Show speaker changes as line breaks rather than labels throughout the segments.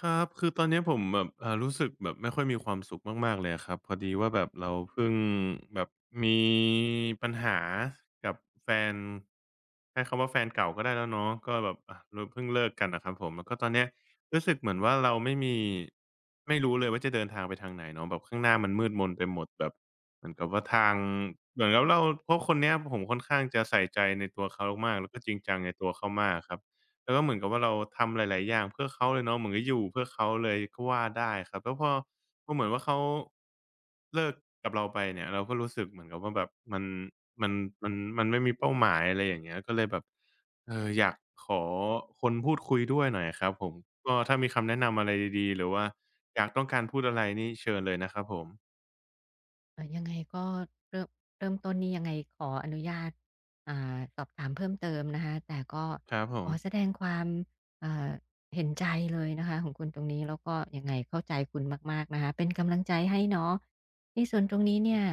ครับคือตอนเนี้ยผมแบบเอ่ารู้สึกแบบไม่ค่อยมีความสุขมากๆเลยอะครับพอดีว่าแบบเราเพิ่งแบบมีปัญหากับแฟนใช้คำว่าแฟนเก่าก็ได้แล้วเนาะก็แบบเราเพิ่งเลิกกันอะครับผมแล้วก็ตอนเนี้ยรู้สึกเหมือนว่าเราไม่มีไม่รู้เลยว่าจะเดินทางไปทางไหนเนาะแบบข้างหน้ามันมืดมนไปหมดแบบเหมือนกับว่าทางเหมือนกับเราเพราะคนเนี้ยผมค่อนข้างจะใส่ใจในตัวเขามากแล้วก็จริงจังในตัวเขามากอะครับ แล้วก็เหมือนกับว่าเราทำหลายๆอย่างเพื่อเขาเลยเนาะเหมือนกับอยู่เพื่อเขาเลยก็ว่าได้ครับแล้วพอเหมือนว่าเขาเลิกกับเราไปเนี่ยเราก็รู้สึกเหมือนกับว่าแบบมันมันมันไม่มีเป้าหมายอะไรอย่างเงี้ยก็เลยแบบอยากขอคนพูดคุยด้วยหน่อยอะครับผมก็ถ้ามีคำแนะนำอะไรดีๆหรือว่าอยากต้องการพูดอะไรนี่เชิญเลยนะครับผม
ยังไงก็เริ่มเริ่มต้นนี่ยังไงขออนุญาตสอบถามเพิ่มเติมนะคะแต่ก็
ครับผ
ข
ม
อแสดงความเอ่อเห็นใจเลยนะคะของคุณตรงนี้แล้วก็ยังไงเข้าใจคุณมากๆนะคะเป็นกำลังใจให้เนาะในส่วนตรงนี้เนี่ย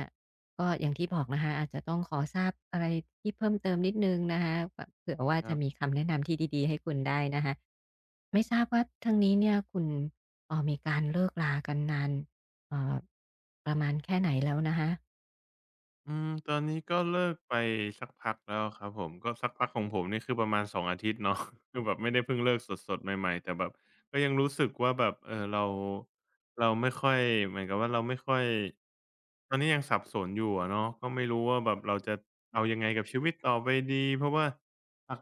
ก็อย่างที่บอกนะคะอาจจะต้องขอทราบอะไรที่เพิ่มเติมนิดนึงนะคะแบบเผื่อว่า
ค
จะ
รั
มี
บ
คำแนะนำที่ดีๆให้คุณได้นะคะไม่ทราบว่าท้งนี้เนี่ยคุณมีการเลิกลากันนาน เอ่อประมาณแค่ไหนแล้วนะคะ
อืมตอนนี้ก็เลิกไปสักพักแล้วครับผมก็สักพักของผมนี่คือประมาณ2องอาทิตย์เนาะ คือแบบไม่ได้เพิ่งเลิกสดๆใหม่ๆแต่แบบก็ยังรู้สึกว่าแบบเราไม่ค่อยเหมือนกับว่าเราไม่ค่อยตอนนี้ยังสับสนอยู่อะเนาะก็ไม่รู้ว่าแบบเราจะเอายังไงกับชีวิตต่อไปดีเพราะว่า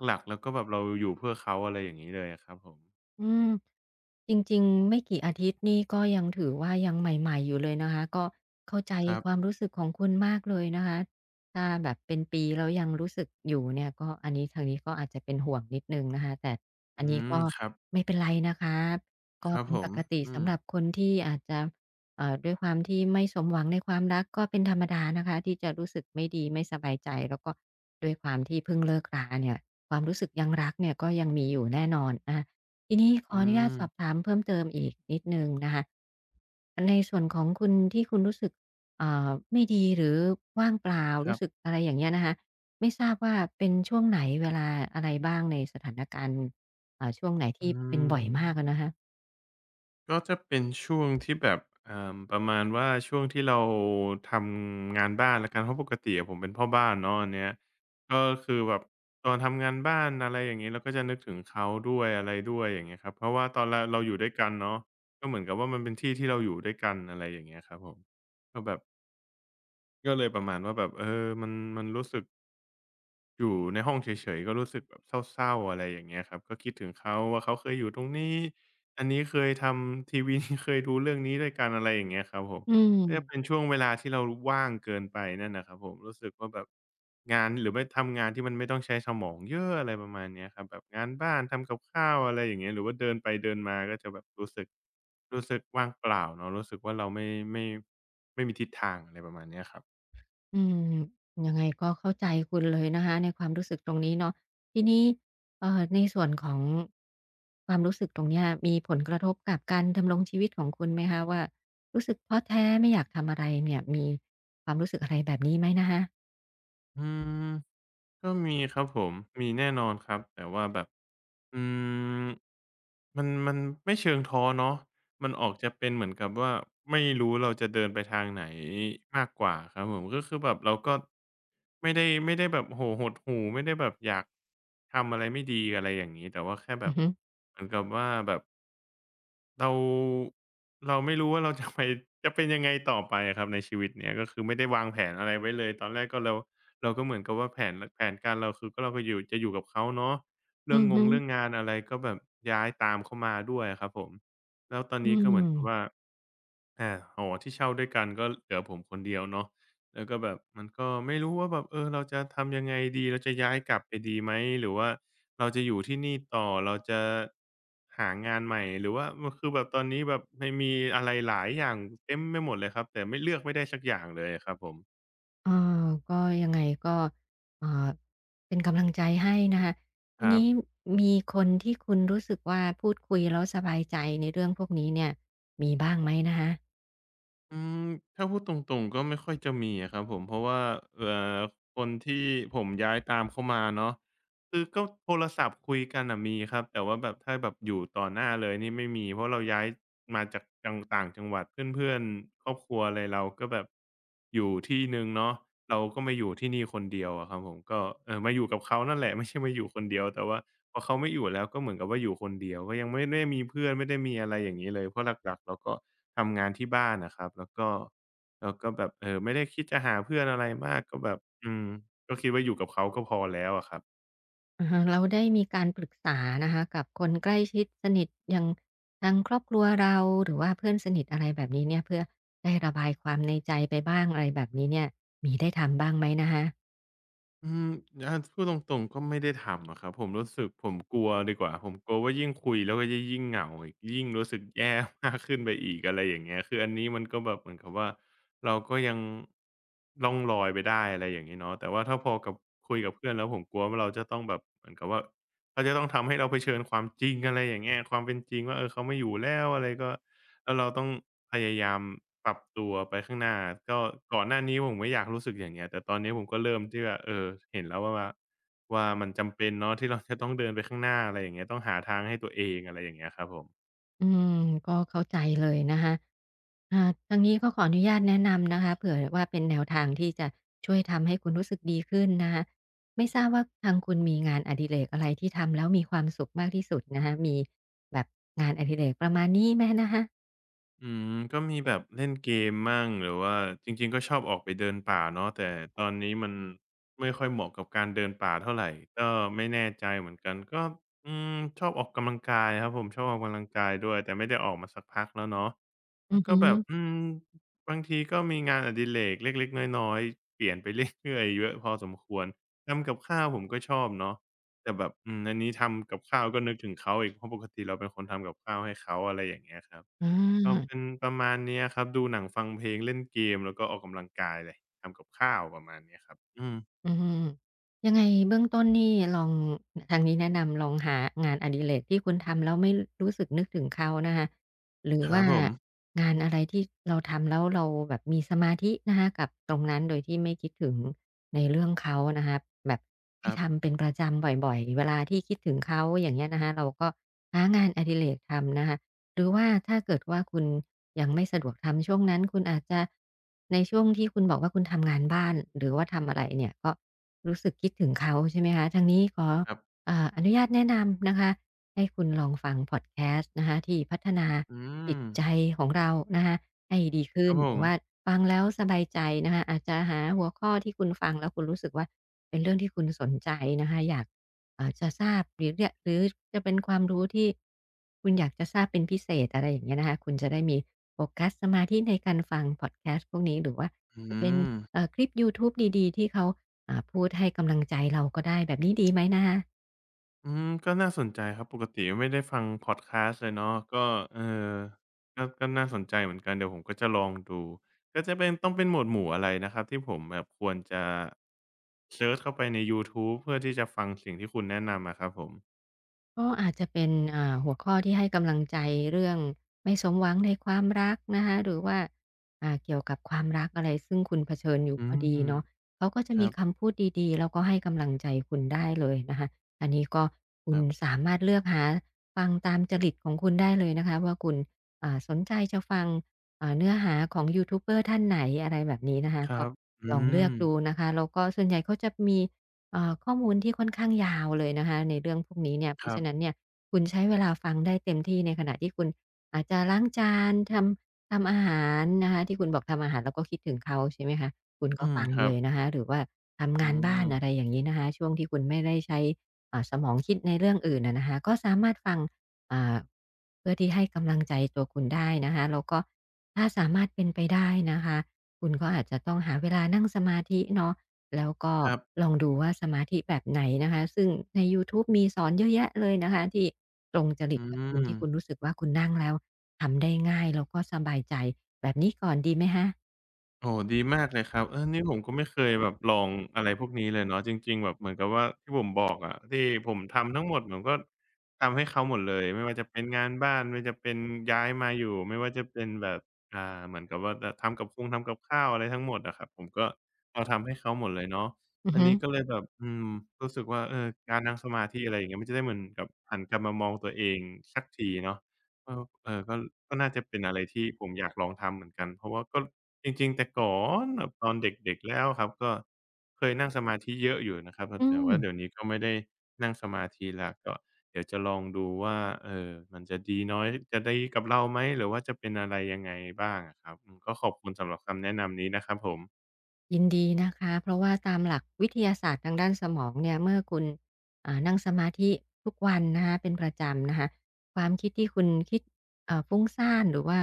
หลักๆแล้วก็แบบเราอยู่เพื่อเขาอะไรอย่างงี้เลยอะครับผม
อืมจริงๆไม่กี่อาทิตย์นี่ก็ยังถือว่ายังใหม่ๆอยู่เลยนะคะก็เข้าใจ
ครับ
ความรู้สึกของคุณมากเลยนะคะถ้าแบบเป็นปีแล้วยังรู้สึกอยู่เนี่ยก็อันนี้ทางนี้ก็อาจจะเป็นห่วงนิดหนึ่งนะคะแต่อั
อื
นนี้
ม
ก็
ครับ
ไม่เป็นไรนะคะก็
ครับ
เป็น
ผ
ป
ม
กติ
อื
สำ
ม
หรับคนที่อาจจะด้วยความที่ไม่สมหวังในความรักก็เป็นธรรมดานะคะที่จะรู้สึกไม่ดีไม่สบายใจแล้วก็ด้วยความที่เพิ่งเลิกราเนี่ยความรู้สึกยังรักเนี่ยก็ยังมีอยู่แน่นอนอะคะ ทีนี้ขอ
อื
อนุญาตสอบ
ม
ถามเพิ่มเติมอีกนิดหนึ่งนะคะในส่วนของคุณที่คุณรู้สึกไม่ดีหรือว่างเปล่า
ครั
รู้
บ
สึกอะไรอย่างเงี้ยนะคะไม่ทราบว่าเป็นช่วงไหนเวลาอะไรบ้างในสถานการณ์ช่วงไหน
อื
ที่เป็นบ่อยมากอะ
ม
นะคะ
ก็จะเป็นช่วงที่แบบประมาณว่าช่วงที่เราทำงานบ้านแล้วกันเพราะปกติอะผมเป็นพ่อบ้านเนาะอันเนี้ยก็คือแบบตอนทำงานบ้านอะไรอย่างงี้เราก็จะนึกถึงเขาด้วยอะไรด้วยอย่างเงี้ยครับเพราะว่าตอนเราอยู่ด้วยกันเนาะก็เหมือนกับว่ามันเป็นที่ที่เราอยู่ด้วยกันอะไรอย่างเงี้ยครับผมก็แบบก็เลยประมาณว่าแบบเออมันรู้สึก อยู่ในห้องเฉยๆก็รู้สึกแบบเศร้าๆอะไรอย่างเงี้ยครับก็คิดถึงเขาว่าเขาเคยอยู่ตรงนี้อันนี้เคยทำทีวีเคยดูเรื่องนี้ด้วยกันอะไรอย่างเงี้ยครับผม
อื
ก็จะเป็น
ม
ช่วงเวลาที่เราว่างเกินไปนั่นน่ะครับผมรู้สึกว่าแบบงานหรือไม่ทำงานที่มันไม่ต้องใช้สมองเยอะอะไรประมาณเนี้ยครับแบบงานบ้านทำกับข้าวอะไรอย่างเงี้ยหรือว่าเดินไปเดินมาก็จะแบบรู้สึกว่างเปล่าเนาะรู้สึกว่าเราไม่ไม่มีทิศทางอะไรประมาณเนี้ยครับ
อืมยังไงก็เข้าใจคุณเลยนะคะในความรู้สึกตรงนี้เนาะทีนี้ในส่วนของความรู้สึกตรงเนี้ยมีผลกระทบกับการดำรงชีวิตของคุณไหมคะว่ารู้สึกท้อแท้ไม่อยากทำอะไรเนี่ยมีความรู้สึกอะไรแบบนี้ไหมนะคะ
อืมก็มีครับผมมีแน่นอนครับแต่ว่าแบบอืมมันไม่เชิงท้อเนาะมันออกจะเป็นเหมือนกับว่าไม่รู้เราจะเดินไปทางไหนมากกว่าครับผมก็คือแบบเราก็ไม่ได้แบบโอ้โฮหดหู่ไม่ได้แบบอยากทำอะไรไม่ดีอะไรอย่างงี้แต่ว่าแค่แบ
อื
บ
อฮึ
เหมือนกับว่าแบบ เราเราไม่รู้ว่าเราจะไป จะเป็นยังไงต่อไปอะครับในชีวิตเนี้ยก็คือไม่ได้วางแผนอะไรไว้เลยตอนแรกก็เราก็เหมือนกับว่าแผนการเราคือก็เราก็อยู่จะอยู่กับเขาเนาะเรื่อ
อื
ง
อ
ง
ฮึ
งเรื่องงานอะไรก็แบบย้ายตามเขามาด้วยอะครับผมแล้วตอน
อื
นี้ก็เหมือนกับว่า
ม
อาอ๋อที่เช่าด้วยกันก็เหลือผมคนเดียวเนาะแล้วก็แบบมันก็ไม่รู้ว่าแบบเออเราจะทำยังไงดีเราจะย้ายกลับไปดีไหมหรือว่าเราจะอยู่ที่นี่ต่อเราจะหางานใหม่หรือว่ามันคือแบบตอนนี้แบบไม่มีอะไรหลายอย่างเต็มไม่หมดเลยครับแต่ไม่เลือกไม่ได้สักอย่างเลยะครับผม
เออก็ยังไงก็เอ่อเป็นกำลังใจให้นะคะ
ค
ที
รั
นี้
บ
มีคนที่คุณรู้สึกว่าพูดคุยแล้วสบายใจในเรื่องพวกนี้เนี่ยมีบ้างไหมนะคะ
อืมถ้าพูดตรงๆก็ไม่ค่อยจะมีอะครับผมเพราะว่าเอ่อคนที่ผมย้ายตามเขามาเนาะ คือก็โทรศัพท์คุยกันน่ะมีครับแต่ว่าแบบถ้าแบบอยู่ต่อหน้าเลยนี่ไม่มีเพราะเราย้ายมาจากต่างจังหวัดเพื่อนๆครอบครัวอะไรเราก็แบบอยู่ที่หนึ่งเนาะเราก็มาอยู่ที่นี่คนเดียวอะครับผมก็มาอยู่กับเขานั่นแหละ ไม่ใช่มาอยู่คนเดียวแต่ว่าพอเขาไม่อยู่แล้วก็เหมือนกับว่าอยู่คนเดียวก็ยังไม่ได้มีเพื่อนไม่ได้มีอะไรอย่างงี้เลยเพราะหลักๆเราก็ทำงานที่บ้านอะครับแล้วก็แบบไม่ได้คิดจะหาเพื่อนอะไรมากก็แบบอืมก็คิดว่าอยู่กับเขาก็พอแล้วอะครับ
อรฮะเราได้มีการปรึกษานะคะกับคนใกล้ชิดสนิทอย่างทางครอบครัวเราหรือว่าเพื่อนสนิทอะไรแบบนี้เนี่ยเพื่อได้ระบายความในใจไปบ้างอะไรแบบนี้เนี่ยมีได้ทำบ้างไหมนะคะ
อืมพูดตรงๆก็ไม่ได้ทำอะครับผมรู้สึกผมกลัวดีกว่าผมกลัวว่ายิ่งคุยแล้วก็จะยิ่งเหงาอีกยิ่งรู้สึกแย่มากขึ้นไปอีกอะไรอย่างเงี้ยคืออันนี้มันก็แบบเหมือนกับว่าเราก็ยังล่องลอยไปได้อะไรอย่างงี้เนาะแต่ว่าถ้าพอกับคุยกับเพื่อนแล้วผมกลัวว่าเราจะต้องแบบเหมือนกับว่าเขาจะต้องทำให้เราเผชิญความจริงอะไรอย่างเงี้ยความเป็นจริงว่าเออเขาไม่อยู่แล้วอะไรก็ แล้วเราต้องพยายามปรับตัวไปข้างหน้าก็ก่อนหน้านี้ผมไม่อยากรู้สึกอย่างเงี้ยแต่ตอนนี้ผมก็เริ่มที่ว่าเออเห็นแล้วว่ามันจำเป็นเนาะที่เราจะต้องเดินไปข้างหน้าอะไรอย่างเงี้ยต้องหาทางให้ตัวเองอะไรอย่างเงี้ยครับผม
อืมก็เข้าใจเลยนะคะทางนี้ก็ขออนุญาตแนะนำนะคะเผื่อว่าเป็นแนวทางที่จะช่วยทำให้คุณรู้สึกดีขึ้นนะคะไม่ทราบว่าทางคุณมีงานอดิเรกอะไรที่ทำแล้วมีความสุขมากที่สุดนะคะมีแบบงานอดิเรกประมาณนี้ไหมนะคะ
อืมก็มีแบบเล่นเกมมั่งหรือว่าจริงๆก็ชอบออกไปเดินป่าเนาะแต่ตอนนี้มันไม่ค่อยเหมาะกับการเดินป่าเท่าไรก็ไม่แน่ใจเหมือนกันก็อืมชอบออกกำลังกายครับผมชอบออกกำลังกายด้วยแต่ไม่ได้ออกมาสักพักแล้วเนาะ แล้
อื
ว
อ
ก็
ฮึ
แบบอืมบางทีก็มีงานอดิเรกเล็กๆน้อยๆเปลี่ยนไปเรื่อยๆเยอะพอสมควรทำกับข้าวผมก็ชอบเนาะแต่แบบอืมอันนี้ทำกับข้าวก็นึกถึงเขาอีกเพราะปกติเราเป็นคนทำกับข้าวให้เขาอะไรอย่างเงี้ยครับ
อ
เอาเป็
า
นประมาณเนี้ยครับดูหนังฟังเพลงเล่นเกมแล้วก็ออกกำลังกายเลยทำกับข้าวประมาณเนี้ยครับอืม
อืมยังไงเบื้องต้นนี่ลองทางนี้แนะนำลองหางานอดิเรกที่คุณทำแล้วไม่รู้สึกนึกถึงเขานะคะหรือ
ครั
ว่า
บผม
งานอะไรที่เราทำแล้วเราแบบมีสมาธินะคะกับตรงนั้นโดยที่ไม่คิดถึงในเรื่องเขานะคะแบบ
ค
ให้
รับ
ทำเป็นประจำบ่อยๆเวลาที่คิดถึงเขาอย่างเงี้ยนะคะเราก็หางานอดิเรกทำนะคะ หรือว่าถ้าเกิดว่าคุณยังไม่สะดวกทำช่วงนั้นคุณอาจจะในช่วงที่คุณบอกว่าคุณทำงานบ้านหรือว่าทำอะไรเนี่ยก็รู้สึกคิดถึงเขาใช่ไหมคะทางนี้ขอ
ครับ
อนุญาตแนะนำนะคะให้คุณลองฟังพอดแคสต์นะคะที่พัฒนา
อื
จิต
ม
ใจของเรานะคะให้ดี
ค
ขึ้
รั
น
บผ
หรือ
ม
ว่าฟังแล้วสบายใจนะคะอาจจะหาหัวข้อที่คุณฟังแล้วคุณรู้สึกว่าเป็นเรื่องที่คุณสนใจนะคะอยาก เอจจะทราบหรือเนี่ยหรือจะเป็นความรู้ที่คุณอยากจะทราบเป็นพิเศษอะไรอย่างเงี้ยนะคะคุณจะได้มีโฟกัสสมาธิในการฟังพอดแคสต์พวกนี้หรือว่า
อื
จะเป็น
ม
คลิปยูทูบดีๆที่เขาพูดให้กำลังใจเราก็ได้แบบนี้ดีไหมนะคะ
อืมก็น่าสนใจครับปกติไม่ได้ฟังพอดคาสต์เลยเนาะก็เออก็ก็น่าสนใจเหมือนกันเดี๋ยวผมก็จะลองดูก็จะเป็นต้องเป็นหมวดหมู่อะไรนะครับที่ผมแบบควรจะเซิร์ชเข้าไปในยูทูบเพื่อที่จะฟังสิ่งที่คุณแนะนำอะครับผม
ก็อาจจะเป็นหัวข้อที่ให้กำลังใจเรื่องไม่สมหวังในความรักนะคะหรือว่าเกี่ยวกับความรักอะไรซึ่งคุณเผชิญอยู่
อื
พอดี
ม
เนาะเขาก็จะ
ครั
มี
บ
คำพูดดีๆแล้วก็ให้กำลังใจคุณได้เลยนะคะอันนี้ก็คุ
ค
ณ
รับ
สามารถเลือกหาฟังตามจริตของคุณได้เลยนะคะว่าคุณสนใจจะฟังเนื้อหาของยูทูบเบอร์ท่านไหนอะไรแบบนี้นะคะ
ค
ก็
รับ
ล
อื
องเลือ
ม
กดูนะคะแล้วก็ส่วนใหญ่เขาจะมี ข้อมูลที่ค่อนข้างยาวเลยนะคะในเรื่องพวกนี้เนี่ยเพ
ค
ราะ
รั
ฉะ
บ
นั้นเนี่ยคุณใช้เวลาฟังได้เต็มที่ในขณะที่คุณอาจจะล้างจานทำอาหารนะคะที่คุณบอกทำอาหารแล้วก็คิดถึงเขาใช่ไหมคะคุณก็
อืม
ฟัง
ครั
เล
บ
ยนะคะหรือว่าทำ
อื
งานบ้า
ม
นอะไรอย่างงี้นะคะช่วงที่คุณไม่ได้ใช้สมองคิดในเรื่องอื่นอะนะคะก็สามารถฟังอ่าเพื่อที่ให้กำลังใจตัวคุณได้นะคะแล้วก็ถ้าสามารถเป็นไปได้นะคะคุณก็อาจจะต้องหาเวลานั่งสมาธิเนาะ แล้วก็
ครับ
ลองดูว่าสมาธิแบบไหนนะคะซึ่งในยูทูบมีสอนเยอะแยะเลยนะคะที่ตรงจริ
อื
ตกับคุณที่คุณ
ม
รู้สึกว่าคุณนั่งแล้วทำได้ง่ายแล้วก็สบายใจแบบนี้ก่อนดีไหมคะ
โอ้โฮดีมากเลยครับเออนี่ผมก็ไม่เคยแบบลองอะไรพวกนี้เลยเนาะจริงๆแบบเหมือนกับว่าที่ผมบอกอะที่ผมทำทั้งหมดผมก็ทำให้เขาหมดเลยไม่ว่าจะเป็นงานบ้านไม่ว่าจะเป็นย้ายมาอยู่ไม่ว่าจะเป็นแบบอ่าเหมือนกับว่าจะทำกับคงทำกับข้าวอะไรทั้งหมดอะครับผมก็เราทำให้เขาหมดเลยเนาะ
อือ
อัน
ฮึ
นี้ก็เลยแบบอืมรู้สึกว่าเออการนั่งสมาธิอะไรอย่างเงี้ยมันจะได้เหมือนกับหันกลับมามองตัวเองสักทีเนาะ เออก็ก็น่าจะเป็นอะไรที่ผมอยากลองทำเหมือนกันเพราะว่าก็จริงๆแต่ก่อนแบบตอนเด็กๆแล้วครับก็เคยนั่งสมาธิเยอะอยู่นะครับแต่
อื
แต่
ม
ว่าเดี๋ยวนี้ก็ไม่ได้นั่งสมาธิแล้วก็เดี๋ยวจะลองดูว่ามันจะดีน้อยจะดีกับเราไหมหรือว่าจะเป็นอะไรยังไงบ้างอะครับอืมก็ขอบคุณสำหรับคำแนะนำนี้นะครับผม
ยินดีนะคะเพราะว่าตามหลักวิทยาศาสตร์ทางด้านสมองเนี่ยเมื่อคุณนั่งสมาธิทุกวันนะคะเป็นประจำนะคะความคิดที่คุณคิดฟุ้งซ่านหรือว่า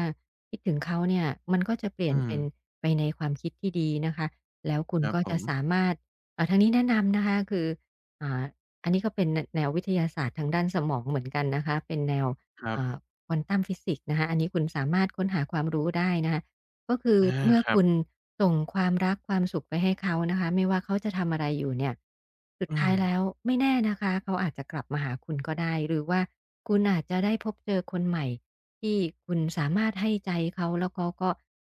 คิดถึงเขาเนี่ยมันก็จะเปลี่ย
อื
น
ม
เป็นไปในความคิดที่ดีนะคะแล้วคุณ
ครับ
ก็
ผ
จะ
ม
สามารถทางนี้แนะนำนะคะคืออ่าอันนี้ก็เป็นแนววิทยาศาสตร์ทางด้านสมองเหมือนกันนะคะเป็นแนว
ครับ
ควอนตัมฟิสิกส์นะคะอันนี้คุณสามารถค้นหาความรู้ได้นะคะ ก็คือ
อา
เมื่อ
ครั
คุณ
บ
ส่งความรักความสุขไปให้เขานะคะไม่ว่าเขาจะทำอะไรอยู่เนี่ยสุด
อื
ท้า
ม
ยแล้วไม่แน่นะคะเขาอาจจะกลับมาหาคุณก็ได้หรือว่าคุณอาจจะได้พบเจอคนใหม่ที่คุณสามารถให้ใจเขาแล้วเขาก็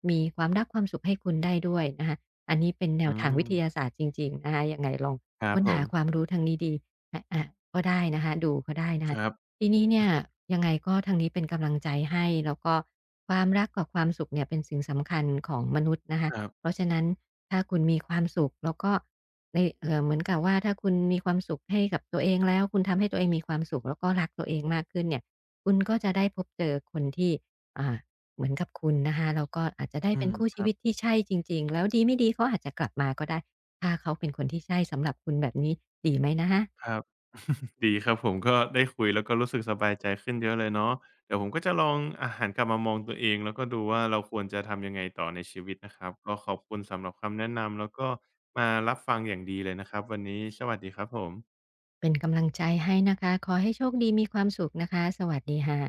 มีความรักความสุขให้คุณได้ด้วยนะคะอันนี้เป็นแน
อื
วทางวิ
ม
ทยาศาสตร์จริงๆนะคะยังไงลอง
ครับ
ค้น
ผ
หา
ม
ความรู้ทางนี้ดีออาก็ได้นะคะดูก็ได้นะ
ค
คะ
รับ
ทีนี้เนี่ยยังไงก็ทางนี้เป็นกำลังใจให้แล้วก็ความรักกับความสุขเนี่ยเป็นสิ่งสำคัญของมนุษย์นะคะ
ครับ
เพราะฉะนั้นถ้าคุณมีความสุขแล้วก็ในเหมือนกับว่าถ้าคุณมีความสุขให้กับตัวเองแล้วคุณทำให้ตัวเองมีความสุขแล้วก็รักตัวเองมากขึ้นเนี่ยคุณก็จะได้พบเจอคนที่อ่าเหมือนกับคุณนะคะแล้วก็อาจจะได้
อื
เป็น
ม
คู่
ค
ชี
รั
วิ
บ
ตที่ใช่จริงๆแล้วดีไม่ดีเขาอาจจะกลับมาก็ได้ถ้าเขาเป็นคนที่ใช่สำหรับคุณแบบนี้ดีไหมนะคะ
ครับ ดีครับผมก็ได้คุยแล้วก็รู้สึกสบายใจขึ้นเยอะเลยเนาะเดี๋ยวผมก็จะลองหันกลับมามองตัวเองแล้วก็ดูว่าเราควรจะทำยังไงต่อในชีวิตนะครับก็ขอบคุณสำหรับคำแนะนำแล้วก็มารับฟังอย่างดีเลยนะครับวันนี้สวัสดีครับผม
เป็นกำลังใจให้นะคะ ขอให้โชคดีมีความสุขนะคะ สวัสดีค่ะ